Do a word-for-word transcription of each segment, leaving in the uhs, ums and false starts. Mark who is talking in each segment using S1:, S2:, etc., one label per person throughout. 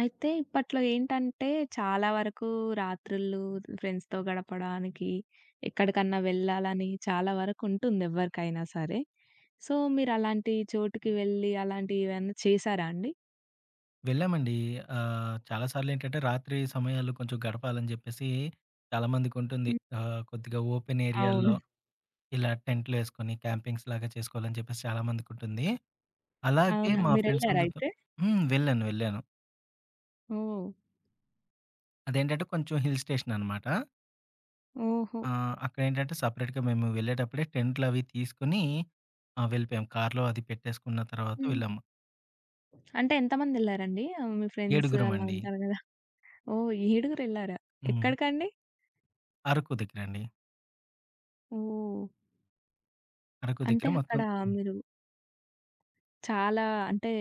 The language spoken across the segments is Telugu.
S1: అయితే ఇప్పట్లో ఏంటంటే, చాలా వరకు రాత్రుళ్ళు ఫ్రెండ్స్‌తో గడపడానికి, ఎక్కడికన్నా వెళ్ళాలని చాలా వరకు ఉంటుంది ఎవ్వరికైనా సరే. సో, మీరలాంటి చోటుకి వెళ్ళి అలాంటివేమన్నా చేశారా అండి?
S2: వెళ్ళామండి. ఆహ్, చాలా సార్లేంటంటే రాత్రి సమయాల్లో కొంచెం గడపాలని జెప్పేసి చాలామందికుంటుంది.
S1: హ్మ్.
S2: ఆహ్, కొద్దిగా ఓపెన్
S1: అవును.
S2: ఏరియాల్లో
S1: హ్మ్.
S2: ఇలా టెంట్‌లేసుకొని క్యాంపింగ్స్‌లాగా చేసుకోవాలని జెప్పేసి చాలామందికుంటుంది. అలాగే
S1: అవునా? హ్మ్.
S2: మా ఫ్రెండ్స్
S1: మీరెళ్లారా
S2: అందరితో
S1: అయితే?
S2: హ్మ్. వెళ్ళాను. వెళ్ళాను.
S1: ఓహ్!
S2: అదేంటంటే కొంచెం హిల్ స్టేషన్ అనమాట.
S1: ఓహో!
S2: ఆహ్, అక్కడేంటంటే సెపరేట్‌గా మేము వెళ్ళేటప్పుడే టెంట్‌లవి తీసుకొని ఆహ్, వెళ్ళిపోయాం. కార్‌లో అది పెట్టేసుకున్న తర్వాత
S1: హ్మ్.
S2: వెళ్ళాము.
S1: అంటే ఎంతమందెళ్లారండి? ఆహ్, మీ ఫ్రెండ్స్ అలా
S2: ఏడుగురమండి.
S1: ఉంటారు గదా! ఓహ్! ఏడుగురెళ్లారా?
S2: హ్మ్.
S1: ఎక్కడికండి?
S2: అరకు దగ్గరండి.
S1: ఓహ్!
S2: అరకు దగ్గర
S1: అంటే అక్కడ
S2: మొత్తం హ్మ్.
S1: మీరు చాలా అంటే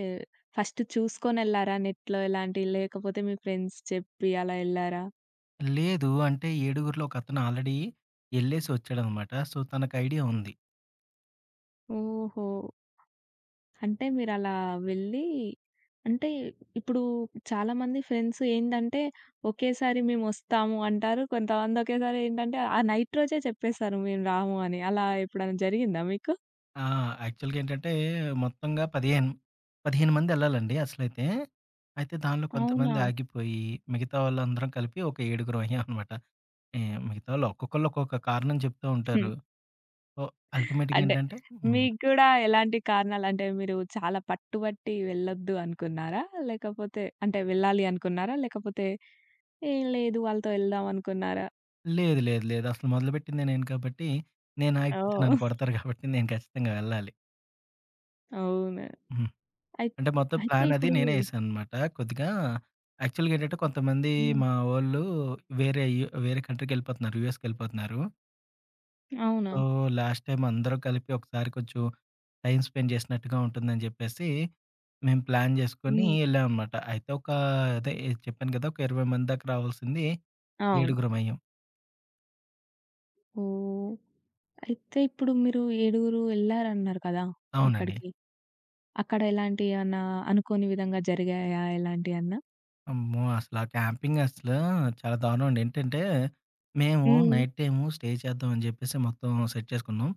S1: ఫస్ట్ చూసుకొనెళ్లారా నెట్‌లో ఇలాంటి లేకపోతే మీ ఫ్రెండ్స్ చెప్పి అలా ఎళ్లారా?
S2: లేదు. అంటే ఏడుగురిలో ఒకతను ఆల్రెడీ ఎళ్ళేసి వచ్చాడనమాట. సో, తనకు ఐడియా ఉంది.
S1: ఓహో! అంటే మీరలా వెళ్ళి అంటే ఇప్పుడు చాలామంది ఫ్రెండ్స్ ఏందంటే ఒకేసారి మేమొస్తాము అంటారు. కొంతమంది ఒకేసారి ఏంటంటే ఆ నైట్ రోజే చెప్పేస్తారు మేము రాము అని. అలా ఎప్పుడైనా జరిగిందా మీకు?
S2: ఆ! యాక్చువల్‌గా ఏంటంటే మొత్తంగా పదిహేను, పదిహేను మందెళ్ళాలండి అసలైతే. అయితే దానిలో
S1: అవునా?
S2: కొంతమంది ఆగిపోయి, మిగతా వాళ్ళందరం కలిపి ఒక ఏడుగురం అయ్యామనమాట. ఏ మిగతా వాళ్ళు ఒక్కొక్కళ్ళు ఒక్కొక్క కారణం చెప్తూ
S1: హ్మ్.
S2: ఉంటారు. సో, అల్టిమేట్‌గా
S1: అంటే
S2: ఏంటంటే హ్మ్.
S1: మీకు గూడా ఎలాంటి కారణాలు అంటే మీరు చాలా పట్టుబట్టి వెళ్ళొద్దు అనుకున్నారా? లేకపోతే అంటే వెళ్ళాలి అనుకున్నారా? లేకపోతే ఏం లేదు. వాళ్ళతో ఎళ్దాం అనుకున్నారా?
S2: లేదు. లేదు. లేదు. అసలు మొదలుపెట్టింది నేను కాబట్టి, నేను ఆగిపోతే నన్ను
S1: ఓహ్!
S2: కొడతారు కాబట్టి నేను ఖచ్చితంగా వెళ్ళాలి.
S1: అవును.
S2: హ్మ్.
S1: అయి
S2: అంటే మొత్తం
S1: అయితే
S2: ప్లాన్ అది
S1: ఇప్పుడు
S2: నేనే ఏశాననమాట. కొద్దిగా యాక్చువల్‌గా ఏంటంటే కొంతమంది
S1: హ్మ్.
S2: మా వోళ్ళు వేరే యు వేరే కంట్రీకెళ్ళిపోతున్నారు. యూఎస్‌కెళ్ళిపోతున్నారు.
S1: అవునా?
S2: సో, లాస్ట్ టైమ్ అందరూ కలిపి ఒకసారి కొంచెం టైమ్ స్పెండ్ చేసినట్టుగా ఉంటుందని చెప్పేసి మేము ప్లాన్ చేసుకొని
S1: హ్మ్.
S2: ఎళ్ళామనమాట. అయితే ఒక అదే చెప్పాను కదా! ఒక ఇరవై మంది దాకా రావాల్సింది
S1: అవును.
S2: ఏడుగురమయ్యాం.
S1: ఓహ్! అయితే ఇప్పుడు మీరు ఏడుగురు ఎళ్లారన్నారు కదా!
S2: అవునండి.
S1: అక్కడికి. అక్కడ ఎలాంటి ఏమన్నా అనుకోని విధంగా జరిగాయా ఎలాంటియన్నా?
S2: అమ్మో! అసల ఆ క్యాంపింగ్ అసలు చాలా దారుణం అండి. ఏంటంటే, మేము
S1: హ్మ్.
S2: నైట్ టైము స్టే చేద్దాం అని జెప్పేసి మొత్తం సెట్ చేసుకున్నాం.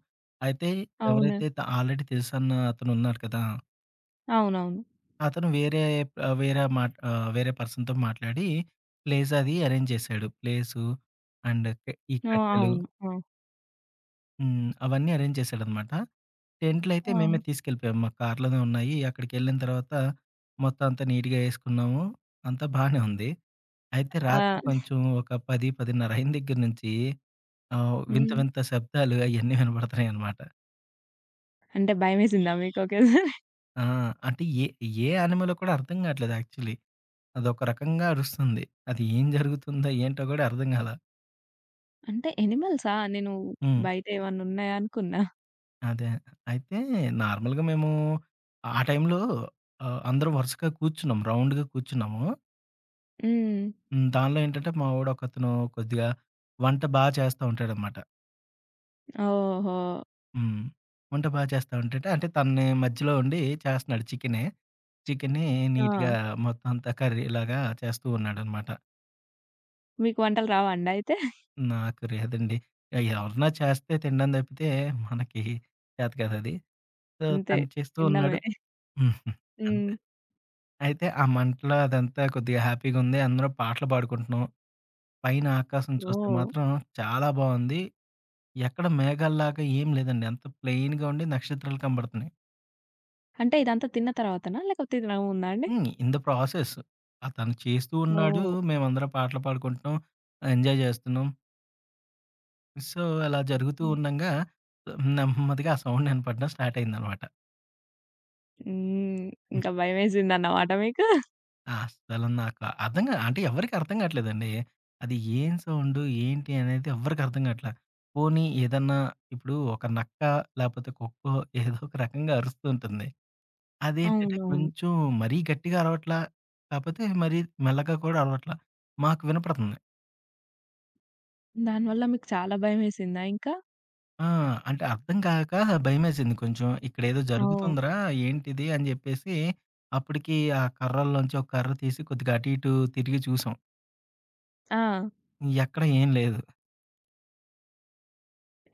S2: అయితే
S1: అవును.
S2: ఎవరైతే త ఆల్రెడీ తెలుసన్న అతను ఉన్నాడు కదా!
S1: అవునవును.
S2: అతను వేరే ఆహ్, వేరే మాట్ ఆహ్, వేరే పర్సన్‌తో మాట్లాడి ప్లేస్ అది అరేంజ్ చేశాడు. ప్లేసు అండ్ కె ఈ
S1: ఆ!
S2: కట్టెలు
S1: అవును. ఆ!
S2: హ్మ్. అవన్నీ అరేంజ్ చేశాడనమాట. టెంట్‌లయితే మేమే
S1: ఆ!
S2: తీసుకెళ్ళిపోయాం. మా కార్‌లోనే ఉన్నాయి. అక్కడికెళ్ళిన తర్వాత మొత్తం అంతా నీట్‌గా ఏసుకున్నాము. అంతా బానే ఉంది. అయితే
S1: ఆ!
S2: రాత్రి కొంచెం ఒక పది, పది ముప్పై అయిన దగ్గర నుంచి ఆహ్, వింత
S1: హ్మ్.
S2: వింత శబ్దాలు అయన్నీ వినపడుతున్నాయనమాట.
S1: అంటే భయమేసిందా మీకు ఒకేసారి?
S2: ఆ! అంటే ఏ ఏ యానిమలో కూడా అర్థం కావట్లేదు యాక్చువల్లీ. అదొక రకంగా అరుస్తుంది. అది ఏం జరుగుతుందో ఏంటో గూడా అర్థం కాలా.
S1: అంటే యానిమల్సా? నేను
S2: హ్మ్.
S1: బయట ఏమన్నా ఉన్నాయా అనుకున్నా.
S2: అదే. అయితే నార్మల్‌గా మేము ఆ టైంలో ఆహ్, అందరం వరుసగా కూర్చున్నాం. రౌండ్‌గా కూర్చున్నాము.
S1: హ్మ్.
S2: హ్మ్. దానిలో ఏంటంటే మా వోడు ఒకతను కొద్దిగా వంట బా చేస్తా ఉంటాడనమాట.
S1: ఓహో!
S2: హ్మ్. వంట బా చేస్తా ఉంటాడు. అంటే తనని మధ్యలో ఉండి చేస్తున్నాడు చికెనే. చికెన్ని
S1: ఆ!
S2: నీట్‌గా మొత్తం అంతా కర్రీలాగా చేస్తూ ఉన్నాడనమాట.
S1: మీకు వంటలు రావా అండి అయితే?
S2: నాకు లేదండి. ఎవరన్నా చేస్తే తినడం తప్పితే మనకి చేత కాదది. సో,
S1: అంతే
S2: తను చేస్తూ
S1: తినడమే.
S2: ఉన్నాడు.
S1: హ్మ్.
S2: అయితే ఆ మంటలో అదంతా కొద్దిగా హ్యాపీగుంది. అందరం పాటలు పాడుకుంటున్నాం. పైన ఆకాశం చూస్తే
S1: ఓహ్!
S2: మాత్రం చాలా బావుంది. ఎక్కడ మేఘాల్లాగా ఏం లేదండి. అంత ప్లెయిన్‌గా ఉండి నక్షత్రాలు కనబడుతున్నాయి.
S1: అంటే ఇదంతా తిన్న తర్వాతనా? లేకపోతే తినక ముందా అండి?
S2: హ్మ్. ఇన్ ద ప్రాసెస్ అతను చేస్తూ ఉన్నాడు.
S1: ఓహ్!
S2: మేమందరం పాటలు పాడుకుంటున్నాం. ఎంజాయ్ చేస్తున్నాం. సో, అలా జరుగుతూ
S1: హ్మ్.
S2: ఉండంగా నెమ్మదిగా ఆ సౌండ్ వినపడడం స్టార్ట్ అయిందనమాట.
S1: హ్మ్. ఇంకా భయమేసిందన్నమాట మీకు?
S2: అస్సలు నాకు అర్థం గా అంటే ఎవరికీ అర్థం కావట్లేదండి. అది ఏం సౌండు? ఏంటి? అనేది ఎవ్వరికీ అర్థం కావట్లా. పోనీ ఏదన్నా ఇప్పుడు ఒక నక్క లేపోతే కుక్కో ఏదో ఒక రకంగా అరుస్తూ ఉంటుంది. అదేంటంటే
S1: అవునవును.
S2: కొంచెం మరీ గట్టిగా అరవట్లా. కాపోతే మరీ మెల్లగా కూడా అరవట్లా. మాకు వినపడుతుంది.
S1: దానివల్ల మీకు చాలా భయమేసిందా ఇంకా?
S2: ఆ! అంటే అర్థం కాక భయమేసింది కొంచెం. ఇక్కడేదో
S1: ఓహ్!
S2: జరుగుతుందిరా ఏంటిది? అని జెప్పేసి అప్పటికి ఆ కర్రల్లోంచి ఒక కర్ర తీసి కొద్దిగా అటు ఇటు తిరిగి చూసాం.
S1: ఆ!
S2: ఎక్కడ ఏం లేదు.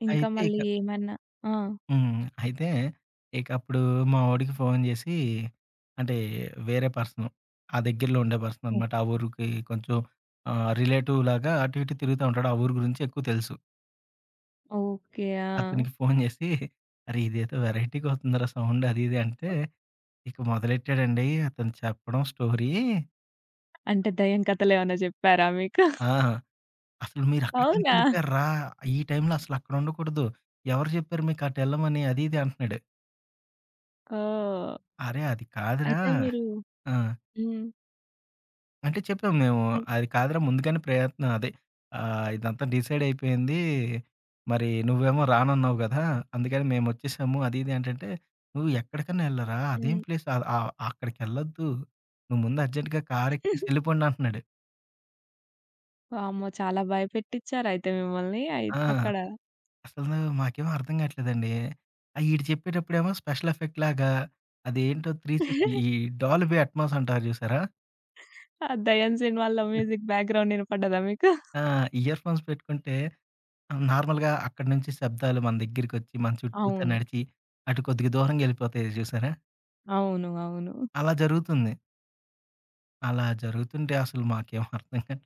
S1: ఇంకా
S2: అయితే
S1: మళ్ళీ ఏమన్నా ఆ!
S2: హ్మ్. అయితే ఇక అప్పుడు మా వోడికి ఫోను జేసి అంటే వేరే పర్సను ఆ దగ్గరలో ఉండే పర్సననమాట.
S1: ఓహ్!
S2: ఆ ఊరికి కొంచెం ఆహ్, రిలేటివ్ లాగా అటు ఇటు తిరుగుతా ఉంటాడు. ఆ ఊరు గురించి ఎక్కువ తెలుసు.
S1: ఓకే. ఆ!
S2: అతనికి ఫోను జేసి, "అరే! ఇదేదో వెరైటీగా వస్తుందిరా సౌండ్" అది ఇది అంటే ఇక మొదలెట్టాడండి అతను చెప్పడం స్టోరీ.
S1: అంటే దెయ్యం కథలేమన్నా జెప్పారా మీకు?
S2: ఆ! "అసలు మీరు
S1: అవునా?
S2: అక్కడికెందుకెళ్ళిపోయార్రా? ఈ టైంలో అసలు అక్కడ ఉండకూడదు. ఎవరు జెప్పారు మీకు అటెళ్ళమని" అది ఇది అంటున్నాడు.
S1: ఓహ్!
S2: "అరే! అది కాదురా."
S1: అయితే మీరు
S2: ఆ!
S1: హ్మ్.
S2: అంటే చెప్పాము మేము.
S1: అన్
S2: అది కాదురా ముందుగానే ప్రయత్నం అదే ఆహ్, ఇదంతా డిసైడ్ అయిపోయింది. మరి నువ్వేమో రానన్నావు గదా! అందుకని మేమొచ్చేసాము అది ఇది అంటంటే, "నువ్వు ఎక్కడికన్నా ఎళ్ళరా! అదేం
S1: హ్మ్.
S2: ప్లేస్, ఆహ్, ఆహ్, అక్కడికెళ్ళొద్దు. నువ్వు ముందు అర్జెంట్‌గా కారెక్కేసి ఎళ్ళిపోండి" అంటున్నాడు.
S1: వామ్మో! చాలా భయపెట్టిచ్చారయితే మిమ్మల్ని అయి
S2: ఆ!
S1: అక్కడ.
S2: అసలు మాకేం అర్థం కావట్లేదండి. ఆహ్, ఈడు చెప్పేటప్పుడేమో స్పెషల్ ఎఫెక్ట్ లాగా అదేంటో మూడు వందల అరవై ఈ డాల్బీ అట్మాస్ అంటారు చూసారా?
S1: ఆ! 'దయాన్‌సేన్' వాళ్ళ మ్యూజిక్ బ్యాక్‌గ్రౌండ్ ఇనపడ్డదా మీకు?
S2: ఆ! ఇయర్‌ఫోన్స్ పెట్టుకుంటే నార్మల్‌గా అక్కడి నుంచి శబ్దాలు మన దగ్గరికొచ్చి, మన చుట్టూతా
S1: అవును.
S2: నడిచి, అటు కొద్దిగా దూరంగెళ్ళిపోతాయి చూసారా?
S1: అవును. అవును.
S2: అలా జరుగుతుంది. అలా జరుగుతుంటే అసలు మాకేం అర్థం కాదు.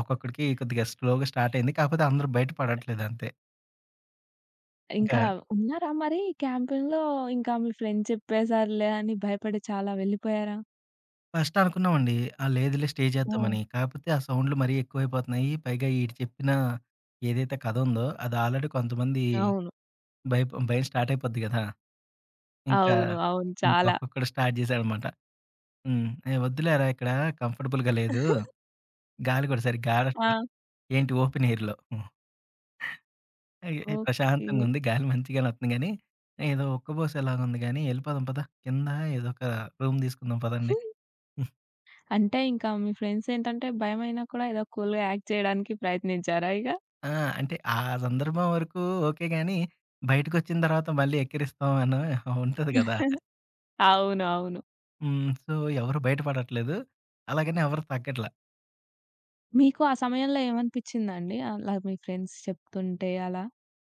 S2: ఒక్కొక్కడికి కొద్దిగా స్లోగా స్టార్ట్ అయింది. కాకపోతే అందరూ బయట పడట్లేదు అంతే. ఇంకా
S1: ఇంకా ఉన్నారా మరి క్యాంపెయిన్‌లో ఇంకా మీ ఫ్రెండ్ చెప్పేసారులే అని భయపడి చాలా వెళ్ళిపోయారా?
S2: ఫస్ట్ అనుకున్నామండి. ఆ! లేదులే స్టే
S1: ఆ!
S2: చేద్దామని. కాకపోతే ఆ సౌండ్‌లు మరీ ఎక్కువైపోతున్నాయి. పైగా ఈడు చెప్పిన ఏదైతే కథ ఉందో అది ఆల్రెడీ కొంతమంది
S1: అవును.
S2: భయప భయం స్టార్ట్ అయిపోద్ది కదా! ఇంకా,
S1: అవును. అవును.
S2: ఇంకా
S1: చాలా.
S2: ఒక్కొక్కడు స్టార్ట్ చేశాడనమాట. హ్మ్. "ఏ వద్దులేరా ఇక్కడ కంఫర్టబుల్‌గా లేదు." గాలి కూడా సరిగ్గా ఆడట్ల.
S1: ఆ!
S2: ఏంటి ఓపెన్ ఎయిర్‌లో. హ్మ్. అయి
S1: ఓకే.
S2: ప్రశాంతంగుంది. గాలి మంచిగానే వత్తుంది గానీ, ఏదో ఉక్కబోసేలాగుంది గానీ, "ఎళ్ళిపోదాం పద. కింద ఏదొక రూమ్ తీసుకుందాం పదండి."
S1: అంటే ఇంకా మీ ఫ్రెండ్స్ ఏంటంటే భయమైనా కూడా ఏదో కూల్‌గా యాక్ట్ చేయడానికి ప్రయత్నించారా ఇగ?
S2: ఆ! అంటే ఆ సందర్భం వరకు ఓకే గానీ, బయటకొచ్చిన తర్వాత మళ్ళీ ఎక్కిరిస్తాం అన ఉంటది గదా!
S1: అవును. అవును.
S2: హ్మ్. సో, ఎవరు బయటపడట్లేదు. అలాగని ఎవరు తగ్గట్ల.
S1: మీకు ఆ సమయంలో ఏమనిపించిందండి? అలా మీ ఫ్రెండ్స్ చెప్తుంటే అలా?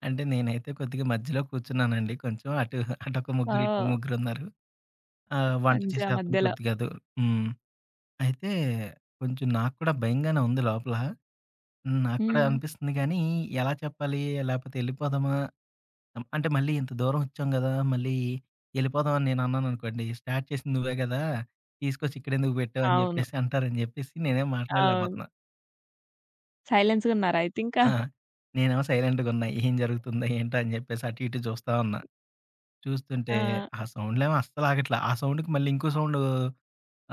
S2: అంటే నేనైతే కొద్దిగా మధ్యలో కూర్చున్నానండి కొంచెం. అటు అటొక ముగ్గురు,
S1: ఆ!
S2: ఇటొక ముగ్గురున్నారు. ఆహ్, వంట
S1: పంజా
S2: చేసే అతను
S1: మధ్యలో.
S2: కొద్దిగా దూరం హ్మ్. అయితే కొంచెం నాకు కూడా భయంగానే ఉంది లోపల. హ్మ్. నాకు కూడా
S1: హ్మ్.
S2: అనిపిస్తుంది గానీ, ఎలా చెప్పాలి? లేపోతే ఎళ్ళిపోదామా? అం అంటే మళ్ళీ ఇంత దూరం వచ్చాం గదా! మళ్ళీ ఎళ్ళిపోదాం అని నేను అన్నాననుకోండి, స్టార్ట్ చేసింది నువ్వే గదా! తీసుకొచ్చి ఇక్కడెందుకు పెట్టావు? అని
S1: అవును.
S2: జెప్పేసి అంటారని జెప్పేసి నేనేం
S1: అవును.
S2: మాట్లాడలేకపోతున్నా.
S1: సైలెన్స్‌గున్నారు అయితే ఇంకా.
S2: ఆ! నేనేమో సైలెంట్‌గున్నా. ఏం జరుగుతుందో? ఏంటో? అని జెప్పేసి అటు ఇటు చూస్తా ఉన్నా. చూస్తుంటే
S1: ఆ!
S2: ఆ సౌండ్‌లేమో అస్సలాగట్లా. ఆ సౌండ్‌కి మళ్ళీ ఇంకో సౌండు,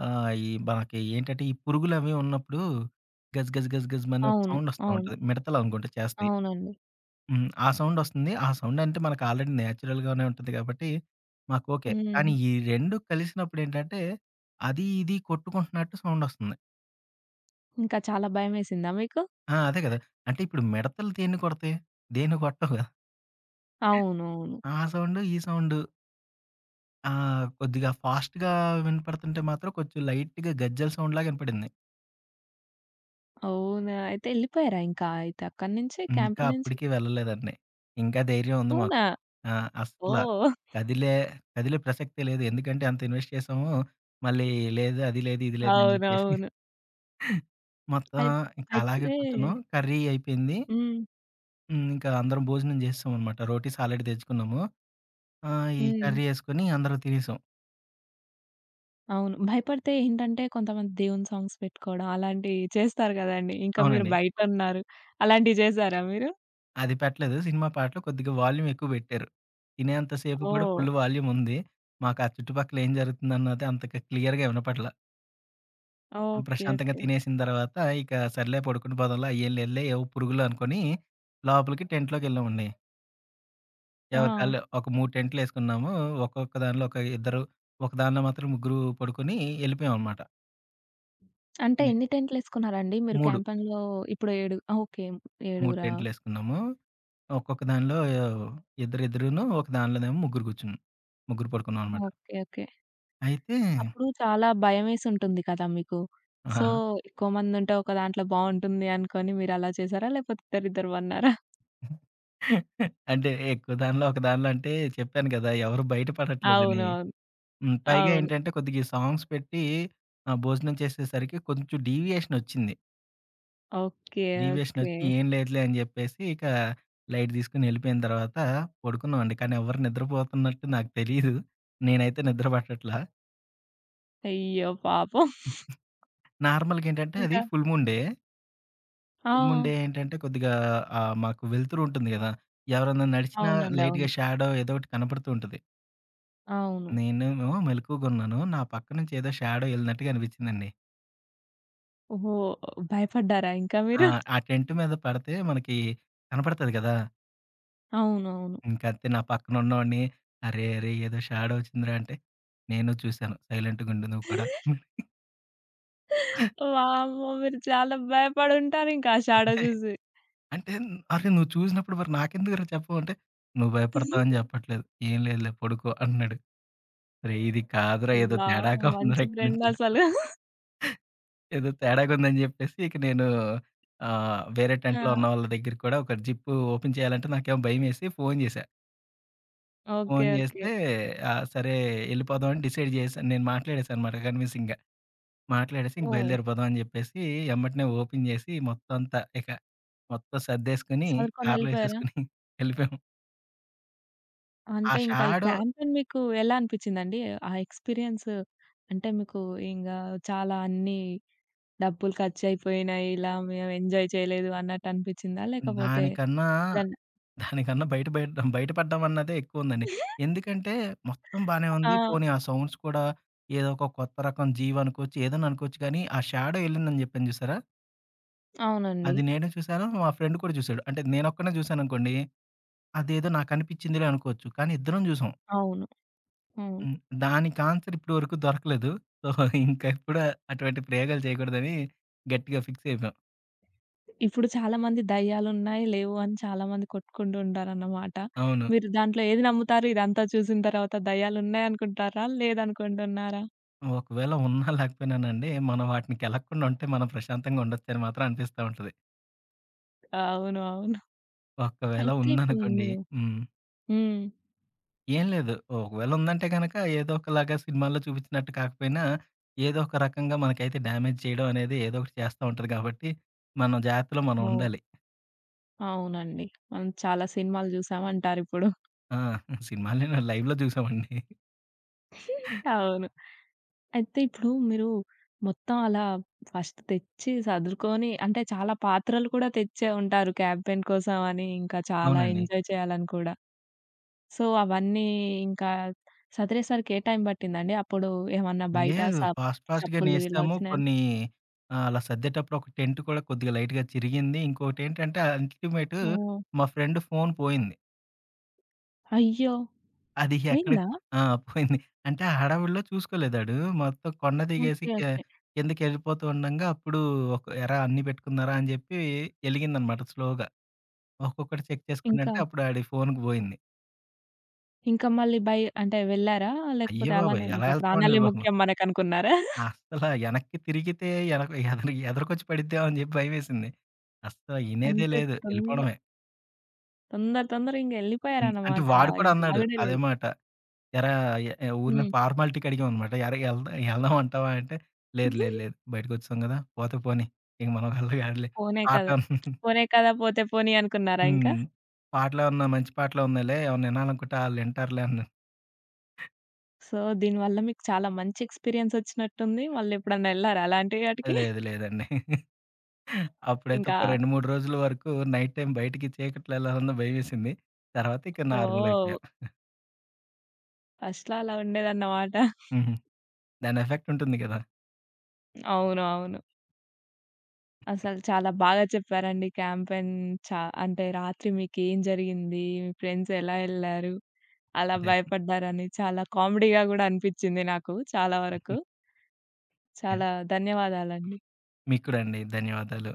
S2: ఆహ్, ఈ మనకి ఏంటంటే, ఈ పురుగులవి ఉన్నప్పుడు గజ్ గజ్ గజ్ గజ్ మని ఒక
S1: అవును.
S2: సౌండ్ వస్తా
S1: అవును.
S2: ఉంటది. మిడతలు అనుకుంట చేస్తాయి.
S1: అవునండి.
S2: హ్మ్. ఆ సౌండ్ వస్తుంది. ఆ సౌండ్ అంటే మనకు ఆల్రెడీ నేచురల్‌గానే ఉంటది కాబట్టి మాకు ఓకే. కానీ
S1: హ్మ్.
S2: ఈ రెండు కలిసినప్పుడేంటంటే, అది ఇది కొట్టుకుంటున్నట్టు సౌండ్ వస్తుంది.
S1: ఇంకా చాలా భయమేసిందా మీకు?
S2: ఆ! అదే కదా! అంటే ఇప్పుడు మిడతలు దేన్ని కొడతాయి? దేన్ని కొట్టవు కదా!
S1: అవునవును.
S2: ఆ సౌండు, ఈ సౌండు, ఆ! కొద్దిగా ఫాస్ట్‌గా వినపడుతుంటే మాత్రం కొంచెం లైట్‌గా గజ్జెల సౌండ్‌లాగా వినపడింది.
S1: అవునా! అయితే ఎళ్ళిపోయారా ఇంకా అయితే అక్కడి నుంచి
S2: ఇంకా
S1: క్యాంప్ నుంచి?
S2: అప్పటికి వెళ్ళలేదండి. ఇంకా ధైర్యం ఉంది మాకు.
S1: అవునా!
S2: ఆ! అస్సల
S1: ఓహ్!
S2: కదిలే కదిలే ప్రసక్తే లేదు. ఎందుకంటే అంత ఇన్వెస్ట్ చేసాము. మళ్ళీ లేదు, అది లేదు, ఇది లేదు అని చెప్పేసి
S1: అవునవును.
S2: మొత్తం
S1: అయి
S2: ఇంకా
S1: అయితే
S2: అలాగే కూర్చున్నాం. కర్రీ అయిపోయింది.
S1: హ్మ్.
S2: హ్మ్. ఇంకా అందరం భోజనం చేసేసామనమాట. రోటీస్ ఆల్రెడీ తెచ్చుకున్నాము. ఆ! ఈ
S1: హ్మ్.
S2: కర్రీ యేసుకొని అందరం తినేసాం.
S1: అవును. భయపడితే ఏంటంటే కొంతమంది దేవుని సాంగ్స్ పెట్టుకోవడం అలాంటివి చేస్తారు గదండీ. ఇంకా మీరు
S2: అవునండి.
S1: బయటున్నారు. అలాంటివి చేసారా మీరు?
S2: అది పెట్టలేదు. సినిమా పాటలు కొద్దిగా వాల్యూమ్ ఎక్కువ బెట్టారు. తినేంత సేపు కూడా
S1: ఓహ్!
S2: ఫుల్ వాల్యూమ్ ఉంది. మాకు ఆ చుట్టుపక్కల ఏం జరుగుతుందన్నది అంతగా క్లియర్‌గా వినపడల.
S1: ఓకే.
S2: ప్రశాంతంగా
S1: ఓకే.
S2: తినేసిన తర్వాత ఇక సర్లే పడుకుని పోదాంలే అయ్యేంలేదులే ఏవో పురుగులు అనుకోని లోపలికి టెంట్‌లోకెళ్ళామండి. ఎవరి
S1: ఆ!
S2: కాళ్ళు ఒక మూడు టెంట్‌లేసుకున్నాము. ఒక్కొక్క దానిలో ఒక ఇద్దరు, ఒక దానిలో మాత్రం ముగ్గురు పడుకొని ఎళ్ళిపోయామన్నమాట.
S1: అంటే
S2: ఇది
S1: ఎన్ని టెంట్లేసుకున్నారండి మీరు
S2: మూడు,
S1: క్యాంపెయిన్‌లో? ఇప్పుడు ఏడు ఓకే.
S2: మూడు
S1: ఏడుగురా?
S2: టెంట్‌లేసుకున్నాము. ఒక్కొక్క దానిలో ఇద్దరిద్దరును, ఒక దానిలోనేమో ముగ్గురు కూర్చున్నాం. ముగ్గురు పడుకున్నామన్నమాట.
S1: ఓకే. ఓకే.
S2: అయితే
S1: అప్పుడు చాలా భయమేసుంటుంది కదా మీకు. సో,
S2: ఆహా!
S1: ఎక్కువ మందుంటే ఒక దాంట్లో బావుంటుంది అనుకోని మీరలా చేసారా? లేకపోతే ఇద్దరిద్దరు బన్నారా?
S2: అంటే ఎక్కువ దానిలో ఒక దానిలో అంటే చెప్పాను గదా! ఎవరు బయటపడట్లేదని.
S1: అవునవును.
S2: హ్మ్. పైగా
S1: అవును.
S2: ఏంటంటే కొద్దిగా ఈ సాంగ్స్ పెట్టి ఆహ్, భోజనం చేసేసరికి కొంచెం డీవియేషన్ వచ్చింది.
S1: ఓకే.
S2: Deviation
S1: okay.
S2: వచ్చి ఏం లేదులే అని జెప్పేసి ఇక లైట్ తీసుకొని వెళ్ళిపోయిన తర్వాత పడుకున్నామండి. కానీ ఎవరు నిద్రపోతున్నట్టు నాకు తెలీదు. నేనైతే నిద్ర పట్టట్లా.
S1: అయ్యో! పాపం.
S2: నార్మల్‌గా ఏంటంటే అది
S1: ఇంకా
S2: ఫుల్ మూన్ డే.
S1: ఆ!
S2: ఫుల్ మూన్ డే ఏంటంటే కొద్దిగా ఆహ్, మాకు వెలుతురు ఉంటుంది గదా! ఎవరన్నా నడిచినా
S1: అవునండి.
S2: లైట్‌గా
S1: అవును.
S2: షాడో ఏదో ఒకటి కనపడుతూ ఉంటది.
S1: అవును.
S2: నేనేమో మెలకువగున్నాను. నా పక్క నుంచి ఏదో షాడో ఎళ్ళినట్టుగా అనిపిచ్చిందండి.
S1: ఓహో! భయపడ్డారా ఇంకా
S2: ఆ!
S1: మీరు?
S2: ఆ టెంట్ మీద పడితే మనకి కనపడతది గదా!
S1: అవునవును.
S2: ఇంకంతే నా పక్కన ఉన్నోడిని, "అరే! అరే! ఏదో షాడో వచ్చిందిరా" అంటే, "నేను చూసాను. సైలెంట్‌గుండు నువ్వు కూడా."
S1: వామ్మో! మీరు చాలా భయపడుంటారింకా ఆ షాడో
S2: అంటే
S1: చూసి.
S2: అంటే "అరే! నువ్వు చూసినప్పుడు మరి నాకెందుకురా చెప్పవు" అంటే, "నువ్వు భయపడతావని చెప్పట్లేదు. ఏం లేదులే పడుకో" అంటున్నాడు. "అరేయ్! ఇది కాదురా ఏదో
S1: వావ్!
S2: తేడాగా
S1: మంచి
S2: ఉందిరా ఇక్కడి నుంచి."
S1: ఫ్రెండసలు.
S2: ఏదో తేడాగుందని జెప్పేసి ఇక నేను ఆహ్, వేరే టెంట్‌లో ఉన్న
S1: ఆ!
S2: వాళ్ళ దగ్గరికి కూడా ఒక జిప్పు ఓపెన్ చేయాలంటే నాకేమో భయమేసి ఫోను జేశా.
S1: ఓకే.
S2: Phone
S1: okay.
S2: జేస్తే ఆహ్, సరే ఎళ్ళిపోదాం అని డిసైడ్ చేశాను. నేను మాట్లాడేశాననమాట కన్విన్సింగ్‌గా. మాట్లాడేసి ఇంక
S1: ఓహ్!
S2: బయలుదేరిపోదాం అని జెప్పేసి ఎమ్మటనే ఓపెన్ జేసి మొత్తం అంతా ఇక మొత్తం సర్దేసుకొని కార్‌లో
S1: సర్దుకొనెళ్ళిపోయారా?
S2: ఎసేసుకొని ఎళ్ళిపోయాము. ఆ
S1: అంటే ఇంకా ఈ
S2: షాడో
S1: క్యాంపెయిన్ మీకు ఎలా అనిపిచ్చిందండి? ఆ ఎక్స్‌పీరియన్స్ అంటే మీకు ఇంగా చాలా అన్నీ డబ్బులు ఖర్చయిపోయినాయి. ఇలా మేము ఎంజాయ్ చేయలేదు అన్నట్టనిపిచ్చిందా? లేకపోతే
S2: దానికన్నా
S1: ఏదన్నా
S2: దానికన్నా బయట బయట బయట పడ్డం అన్నదే ఎక్కువుందండి. ఎందుకంటే, మొత్తం బానే
S1: ఆ!
S2: ఉంది. పోనీ ఆ సౌండ్స్ కూడా ఏదో ఒక కొత్త రకం జీవ్ అనుకోవచ్చు, ఏదైనా అనుకోవచ్చు కానీ, ఆ షాడో ఎళ్ళిందని జెప్పాను జూసారా?
S1: అవునండి.
S2: అది నేను చూసాను, మా ఫ్రెండ్ కూడా చూసాడు. అంటే నేనొక్కడినే జూసాననుకోండి, అదేదో నాకనిపిచ్చిందిలే అనుకోవచ్చు. కానీ ఇద్దరం జూసాం.
S1: అవును. హ్మ్.
S2: హ్మ్. దానికి ఆన్సర్ ఇప్పటి వరకు దొరకలేదు. సో, ఇంకెప్పుడు అటువంటి ప్రయోగాలు చేయకూడదని గట్టిగా ఫిక్స్ అయిపోయాం.
S1: ఇప్పుడు చాలామంది దయ్యాలున్నాయి, లేవు అని చాలామంది కొట్టుకుంటూ ఉంటారన్నమాట.
S2: అవును.
S1: మీరు దాంట్లో ఏది నమ్ముతారు? ఇదంతా చూసిన తర్వాత దయ్యాలున్నాయి అనుకుంటారా? లేదనుకుంటున్నారా?
S2: ఒకవేళ ఉన్నా లేకపోయినానండి, మనం వాటిలికెళ్ళకుండా ఉంటే మనం ప్రశాంతంగా ఉండొచ్చని మాత్రం అనిపిస్తా ఉంటది.
S1: అవును. అవును.
S2: ఒకవేళ
S1: అయితే ఇప్పుడు
S2: ఉందనుకోండి.
S1: మీరు
S2: హ్మ్.
S1: హ్మ్.
S2: ఏం లేదు. ఒకవేళ ఉందంటే గనక ఏదో ఒకలాగా సినిమాల్లో చూపించినట్టు కాకపోయినా, ఏదో ఒక రకంగా మనకైతే డ్యామేజ్ చేయడం అనేది ఏదో ఒకటి చేస్తా ఉంటది కాబట్టి, మనం జాగ్రత్తలో మనం
S1: ఓహ్!
S2: ఉండాలి.
S1: అవునండి. మనం చాలా సినిమాలు చూసామంటారిప్పుడు.
S2: ఆ! సినిమాల్ని నేను లైవ్‌లో చూసామండి.
S1: అవును. అయితే ఇప్పుడు మీరు మొత్తం అలా ఫస్ట్ తెచ్చి సదురుకొని అంటే చాలా పాత్రలు కూడా తెచ్చే ఉంటారు క్యాంపెయిన్ కోసం అని, ఇంకా చాలా
S2: అవునండి.
S1: ఎంజాయ్ చేయాలని కూడా. సో, అవన్నీ ఇంకా సదిరేసరికి ఏ టైం పట్టిందండి? అప్పుడు ఏమన్నా బయట
S2: లేదు.
S1: సప్
S2: ఫాస్ట్ ఫాస్ట్‌గానే
S1: చప్పుళ్ళు ఇలా
S2: ఏసాము.
S1: వచ్చినాయండి?
S2: కొన్ని ఆహ్, అలా సర్దేటప్పుడు ఒక టెంట్ కూడా కొద్దిగా లైట్‌గా చిరిగింది. ఇంకోటేంటంటే అల్టిమేట్
S1: ఓహ్!
S2: మా ఫ్రెండ్ ఫోను పోయింది.
S1: అయ్యో!
S2: అది ఎక్కడికి
S1: పోయిందా?
S2: ఆ! పోయింది. అంటే ఆ హడావిడిలో చూసుకోలేదాడు. మొత్తం కొండ దిగేసి
S1: ఓకే.
S2: K
S1: okay.
S2: కిందకెళ్ళిపోతూ ఉండంగా అప్పుడు ఒక "ఎరా అన్నీ పెట్టుకున్నారా?" అని చెప్పి ఎలిగిందనమాట స్లోగా. ఒక్కొక్కటి చెక్
S1: ఇంకా,
S2: చేసుకుంటంటే అప్పుడు ఆడి ఫోన్‌కి పోయింది.
S1: ఇంకా మళ్ళీ బై అంటే వెళ్లారా?
S2: అయ్య
S1: లేకపోతే
S2: బాబోయ్!
S1: అలానే
S2: ఎలా
S1: ఇంకా
S2: ఎళ్తామండి
S1: ప్రాణాలే
S2: బాబు.
S1: ముఖ్యం మనకనుకున్నారా?
S2: అస్సల ఎనక్కి తిరిగితే ఎనక ఎదర ఎదరకొచ్చి పడిద్దేమో అని చెప్పి భయమేసింది. అస్సల ఇనేదే
S1: అంతే
S2: లేదు.
S1: తొంద
S2: ఎళ్ళిపోవడమే.
S1: తొందర తొందరగా ఇంక
S2: హ్మ్. అంటే
S1: ఎళ్ళిపోయారన్నమాట.
S2: వాడు కూడా
S1: ఇంక
S2: అన్నాడు
S1: ఆగడే
S2: అదే
S1: లేదు.
S2: మాట. ఎరా ఎ ఊరినే
S1: హ్మ్.
S2: ఫార్మాలిటీకి అడిగామనమాట. ఎరా ఎళ్దా ఎళ్దాం అంటావా అంటే, లేదు, లేదు, లేదు బయటకొచ్చేసాం గదా! పోతే పోనీ. ఇక మనం వల్ల కాదులే.
S1: పోనే కదా!
S2: పాటలు
S1: పోనే కదా! పోతే పోనీ అనుకున్నారా ఇంకా?
S2: హ్మ్. పాటలేమన్నా మంచి పాటలున్నాయిలే ఏమన్నా వినాలనుకుంటే ఆళ్ళింటారులే అన్నా.
S1: సో, దీనివల్ల మీకు చాలా మంచి ఎక్స్‌పీరియన్స్ వచ్చినట్టుంది. మళ్ళెప్పుడన్నా ఎళ్లారా అలాంటి ఆటికి?
S2: లేదు, లేదండి. అప్పుడైతే
S1: ఇంకా
S2: ఒక రెండు, మూడు రోజుల వరకు నైట్ టైమ్ బయటికి చీకట్లో ఎళ్ళాలన్నా భయమేసింది. తర్వాత ఇక నార్మల్
S1: ఓహ్!
S2: అయిపోయా.
S1: ఫస్ట్‌లో అలా ఉండేదన్నమాట.
S2: హుహు. దాని ఎఫెక్ట్ ఉంటుంది గదా!
S1: అవును. అవును. అసలు చాలా బాగా చెప్పారండి. క్యాంపెయిన్ చా అంటే రాత్రి మీకేం జరిగింది? మీ ఫ్రెండ్స్ ఎలా ఎళ్లారు? అలా
S2: అదే.
S1: భయపడ్డారని చాలా కామెడీగా గూడా అనిపిచ్చింది నాకు చాలా వరకు.
S2: యాహ్!
S1: చాలా ధన్యవాదాలండి.
S2: మీకు కూడా అండి. ధన్యవాదాలు.